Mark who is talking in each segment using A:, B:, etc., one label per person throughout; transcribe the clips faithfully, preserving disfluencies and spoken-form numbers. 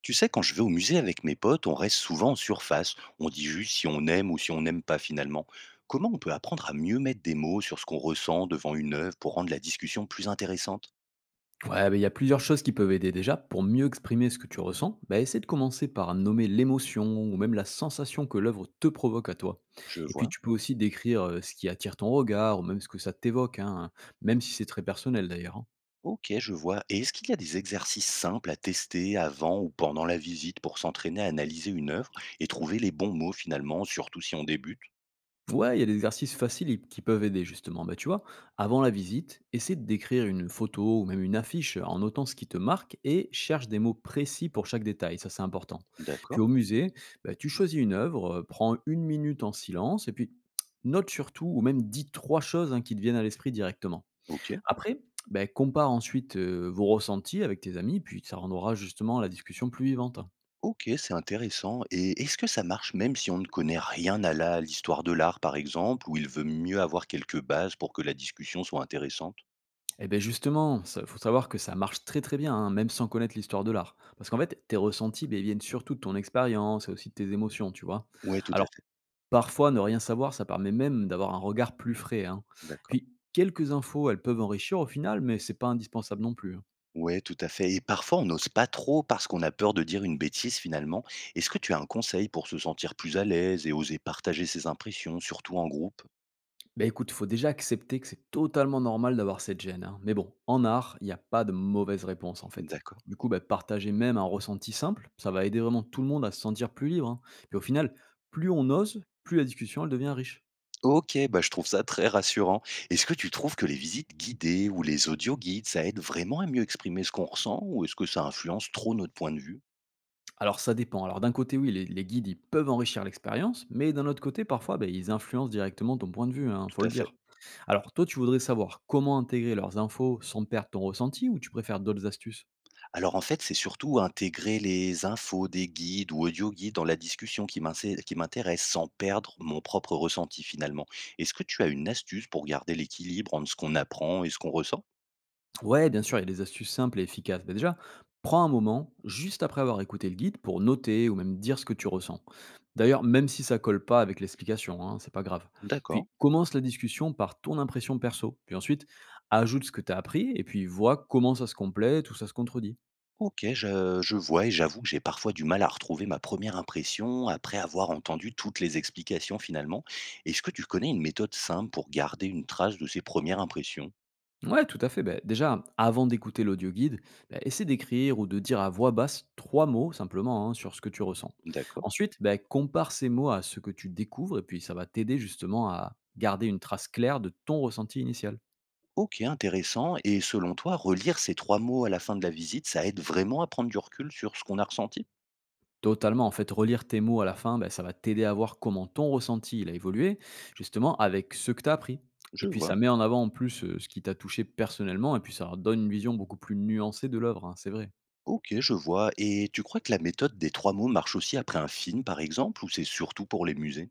A: Tu sais, quand je vais au musée avec mes potes, on reste souvent en surface. On dit juste si on aime ou si on n'aime pas finalement. Comment on peut apprendre à mieux mettre des mots sur ce qu'on ressent devant une œuvre pour rendre la discussion plus intéressante?
B: Ouais, beh, il y a plusieurs choses qui peuvent aider. Déjà, pour mieux exprimer ce que tu ressens, bah, essaie de commencer par nommer l'émotion ou même la sensation que l'œuvre te provoque à toi.
A: Je
B: Et puis,
A: vois.
B: tu peux aussi décrire euh, ce qui attire ton regard ou même ce que ça t'évoque, hein, même si c'est très personnel d'ailleurs, hein.
A: Ok, je vois. Et est-ce qu'il y a des exercices simples à tester avant ou pendant la visite pour s'entraîner à analyser une œuvre et trouver les bons mots finalement, surtout si on débute?
B: Ouais, il y a des exercices faciles i- qui peuvent aider justement. Bah, tu vois, avant la visite, essaie de décrire une photo ou même une affiche en notant ce qui te marque et cherche des mots précis pour chaque détail. Ça, c'est important. Puis
A: D'accord.
B: au musée, bah, tu choisis une œuvre, euh, prends une minute en silence et puis note surtout ou même dis trois choses, hein, qui te viennent à l'esprit directement.
A: Ok.
B: Après, bah, compare ensuite euh, vos ressentis avec tes amis, puis ça rendra justement la discussion plus vivante.
A: OK, c'est intéressant et est-ce que ça marche même si on ne connaît rien à la à l'histoire de l'art, par exemple, ou il veut mieux avoir quelques bases pour que la discussion soit intéressante?
B: Eh beh, justement, ça faut savoir que ça marche très, très bien, hein, même sans connaître l'histoire de l'art. Parce qu'en fait, tes ressentis, ben ils viennent surtout de ton expérience et aussi de tes émotions, tu vois?
A: Ouais, tout à
B: Alors,
A: fait.
B: parfois, ne rien savoir, ça permet même d'avoir un regard plus frais, hein.
A: D'accord.
B: Puis, quelques infos, elles peuvent enrichir au final, mais c'est pas indispensable non plus, hein.
A: Ouais, tout à fait, et parfois, on n'ose pas trop parce qu'on a peur de dire une bêtise, finalement. Est-ce que tu as un conseil pour se sentir plus à l'aise et oser partager ses impressions, surtout en groupe?
B: Bah, écoute, faut déjà accepter que c'est totalement normal d'avoir cette gêne, hein. Mais bon, en art, il n'y a pas de mauvaise réponse en fait.
A: D'accord.
B: Du coup, bah, partager même un ressenti simple, ça va aider vraiment tout le monde à se sentir plus libre, hein. Et au final, plus on ose, plus la discussion elle devient riche.
A: OK, bah, je trouve ça très rassurant. Est-ce que tu trouves que les visites guidées ou les audioguides, ça aide vraiment à mieux exprimer ce qu'on ressent, ou est-ce que ça influence trop notre point de vue?
B: Alors ça dépend. Alors d'un côté, oui, les, les guides ils peuvent enrichir l'expérience, mais d'un autre côté, parfois, bah, ils influencent directement ton point de vue, hein,
A: Tout
B: faut le
A: à fait.
B: dire. Alors toi, tu voudrais savoir comment intégrer leurs infos sans perdre ton ressenti ou tu préfères d'autres astuces?
A: Alors en fait, c'est surtout intégrer les infos des guides ou audio-guides dans la discussion qui m'insé- qui m'intéresse sans perdre mon propre ressenti finalement. Est-ce que tu as une astuce pour garder l'équilibre entre ce qu'on apprend et ce qu'on ressent?
B: Ouais, bien sûr, il y a des astuces simples et efficaces. Mais déjà, prends un moment, juste après avoir écouté le guide, pour noter ou même dire ce que tu ressens. D'ailleurs, même si ça colle pas avec l'explication, hein, c'est pas grave. Puis
A: D'accord.
B: commence la discussion par ton impression perso. Puis ensuite, ajoute ce que tu as appris et puis vois comment ça se complète ou ça se contredit.
A: Ok, je, je vois, et j'avoue que j'ai parfois du mal à retrouver ma première impression après avoir entendu toutes les explications finalement. Est-ce que tu connais une méthode simple pour garder une trace de ces premières impressions?
B: Ouais, tout à fait. Ben déjà, avant d'écouter l'audio guide, bah, essaie d'écrire ou de dire à voix basse trois mots simplement, hein, sur ce que tu ressens.
A: D'accord.
B: Ensuite, ben compare ces mots à ce que tu découvres et puis ça va t'aider justement à garder une trace claire de ton ressenti initial.
A: OK, intéressant, et selon toi, relire ces trois mots à la fin de la visite, ça aide vraiment à prendre du recul sur ce qu'on a ressenti?
B: Totalement, en fait, relire tes mots à la fin, ben ça va t'aider à voir comment ton ressenti il a évolué, justement avec ce que tu as appris.
A: Je
B: Et puis
A: vois.
B: ça met en avant en plus euh, ce qui t'a touché personnellement et puis ça donne une vision beaucoup plus nuancée de l'œuvre, hein, c'est vrai.
A: OK, je vois, et tu crois que la méthode des trois mots marche aussi après un film, par exemple, ou c'est surtout pour les musées?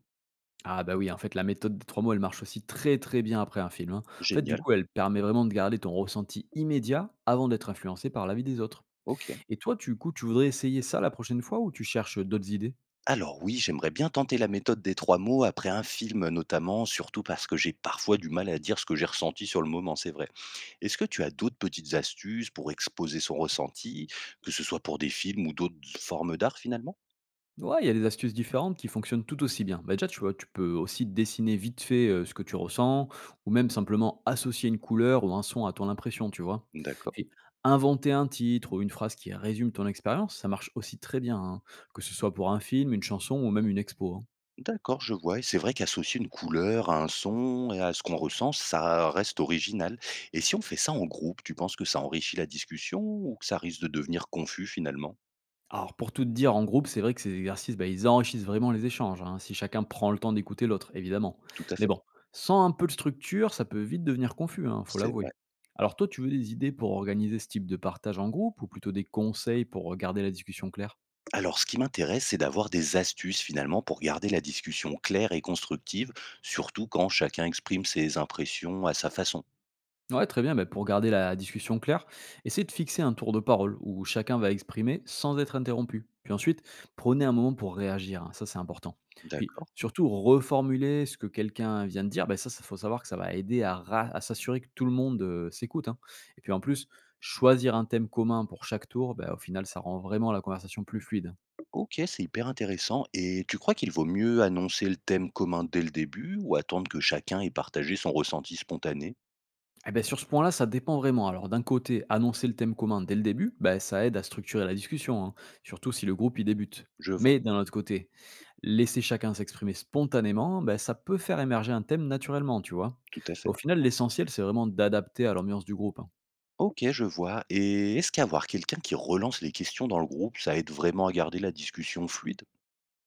B: Ah bah oui, en fait, la méthode des trois mots, elle marche aussi très très bien après un film, hein. En fait, du
A: Génial.
B: coup, elle permet vraiment de garder ton ressenti immédiat avant d'être influencé par l'avis des autres.
A: OK.
B: Et toi, du coup, tu voudrais essayer ça la prochaine fois ou tu cherches d'autres idées?
A: Alors oui, j'aimerais bien tenter la méthode des trois mots après un film notamment, surtout parce que j'ai parfois du mal à dire ce que j'ai ressenti sur le moment, c'est vrai. Est-ce que tu as d'autres petites astuces pour exposer son ressenti, que ce soit pour des films ou d'autres formes d'art finalement?
B: Ouais, il y a des astuces différentes qui fonctionnent tout aussi bien. Bah déjà, tu vois, tu peux aussi dessiner vite fait, heu, ce que tu ressens ou même simplement associer une couleur ou un son à ton impression, tu vois?
A: D'accord.
B: Puis inventer un titre ou une phrase qui résume ton expérience, ça marche aussi très bien, hein, que ce soit pour un film, une chanson ou même une expo, hein.
A: D'accord, je vois, et c'est vrai qu'associer une couleur à un son et à ce qu'on ressent, ça reste original, et si on fait ça en groupe, tu penses que ça enrichit la discussion ou que ça risque de devenir confus finalement?
B: Alors pour tout te dire, en groupe, c'est vrai que ces exercices, bah, ils enrichissent vraiment les échanges, hein, si chacun prend le temps d'écouter l'autre, évidemment.
A: Tout à
B: Mais
A: fait,
B: bon, sans un peu de structure, ça peut vite devenir confus, hein, faut
A: c'est vrai.
B: l'avouer. Alors toi, tu veux des idées pour organiser ce type de partage en groupe ou plutôt des conseils pour garder la discussion claire?
A: Alors ce qui m'intéresse, c'est d'avoir des astuces finalement pour garder la discussion claire et constructive, surtout quand chacun exprime ses impressions à sa façon.
B: Ouais, très bien. Bah, pour garder la discussion claire, essayez de fixer un tour de parole où chacun va exprimer sans être interrompu. Puis ensuite, prenez un moment pour réagir, hein, ça, c'est important. Puis
A: D'accord.
B: surtout, reformuler ce que quelqu'un vient de dire. Bah, ça, il faut savoir que ça va aider à, ra- à s'assurer que tout le monde euh, s'écoute, hein. Et puis en plus, choisir un thème commun pour chaque tour, bah, au final, ça rend vraiment la conversation plus fluide.
A: Ok, c'est hyper intéressant, et tu crois qu'il vaut mieux annoncer le thème commun dès le début ou attendre que chacun ait partagé son ressenti spontané?
B: Eh beh, sur ce point-là, ça dépend vraiment. Alors, d'un côté, annoncer le thème commun dès le début, ben ça aide à structurer la discussion, hein, surtout si le groupe y débute.
A: Je vois,
B: Mais d'un autre côté, laisser chacun s'exprimer spontanément, ben ça peut faire émerger un thème naturellement, tu vois.
A: tout à
B: Au
A: fait.
B: final, l'essentiel, c'est vraiment d'adapter à l'ambiance du groupe, hein.
A: OK, je vois, et est-ce qu'avoir quelqu'un qui relance les questions dans le groupe, ça aide vraiment à garder la discussion fluide?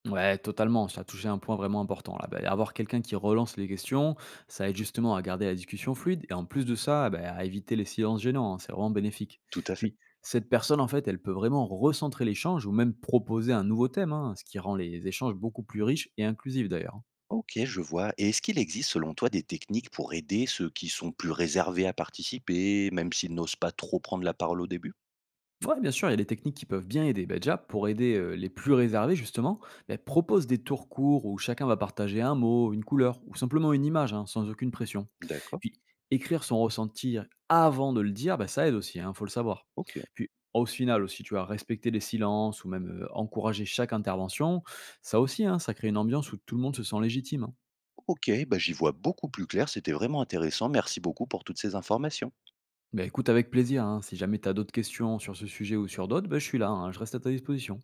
B: Ouais, totalement, ça a touché un point vraiment important là. Bah, avoir quelqu'un qui relance les questions, ça aide justement à garder la discussion fluide et en plus de ça, bah, à éviter les silences gênants, hein, c'est vraiment bénéfique.
A: Tout à fait.
B: Puis, cette personne, en fait, elle peut vraiment recentrer l'échange ou même proposer un nouveau thème, hein, ce qui rend les échanges beaucoup plus riches et inclusifs d'ailleurs.
A: OK, je vois, et est-ce qu'il existe selon toi des techniques pour aider ceux qui sont plus réservés à participer, même s'ils n'osent pas trop prendre la parole au début?
B: Ouais, bien sûr, il y a des techniques qui peuvent bien aider. Bah, déjà, pour aider euh, les plus réservés, justement, bah, propose des tours courts où chacun va partager un mot, une couleur ou simplement une image, hein, sans aucune pression.
A: D'accord,
B: Puis, écrire son ressenti avant de le dire, bah, ça aide aussi, il faut le savoir.
A: ok.
B: Puis, au final aussi, tu as respecter les silences ou même euh, encourager chaque intervention, ça aussi, hein, ça crée une ambiance où tout le monde se sent légitime, hein.
A: OK, bah, j'y vois beaucoup plus clair, c'était vraiment intéressant. Merci beaucoup pour toutes ces informations.
B: Bah, écoute avec plaisir, hein, si jamais tu as d'autres questions sur ce sujet ou sur d'autres, bah, je suis là, hein, je reste à ta disposition.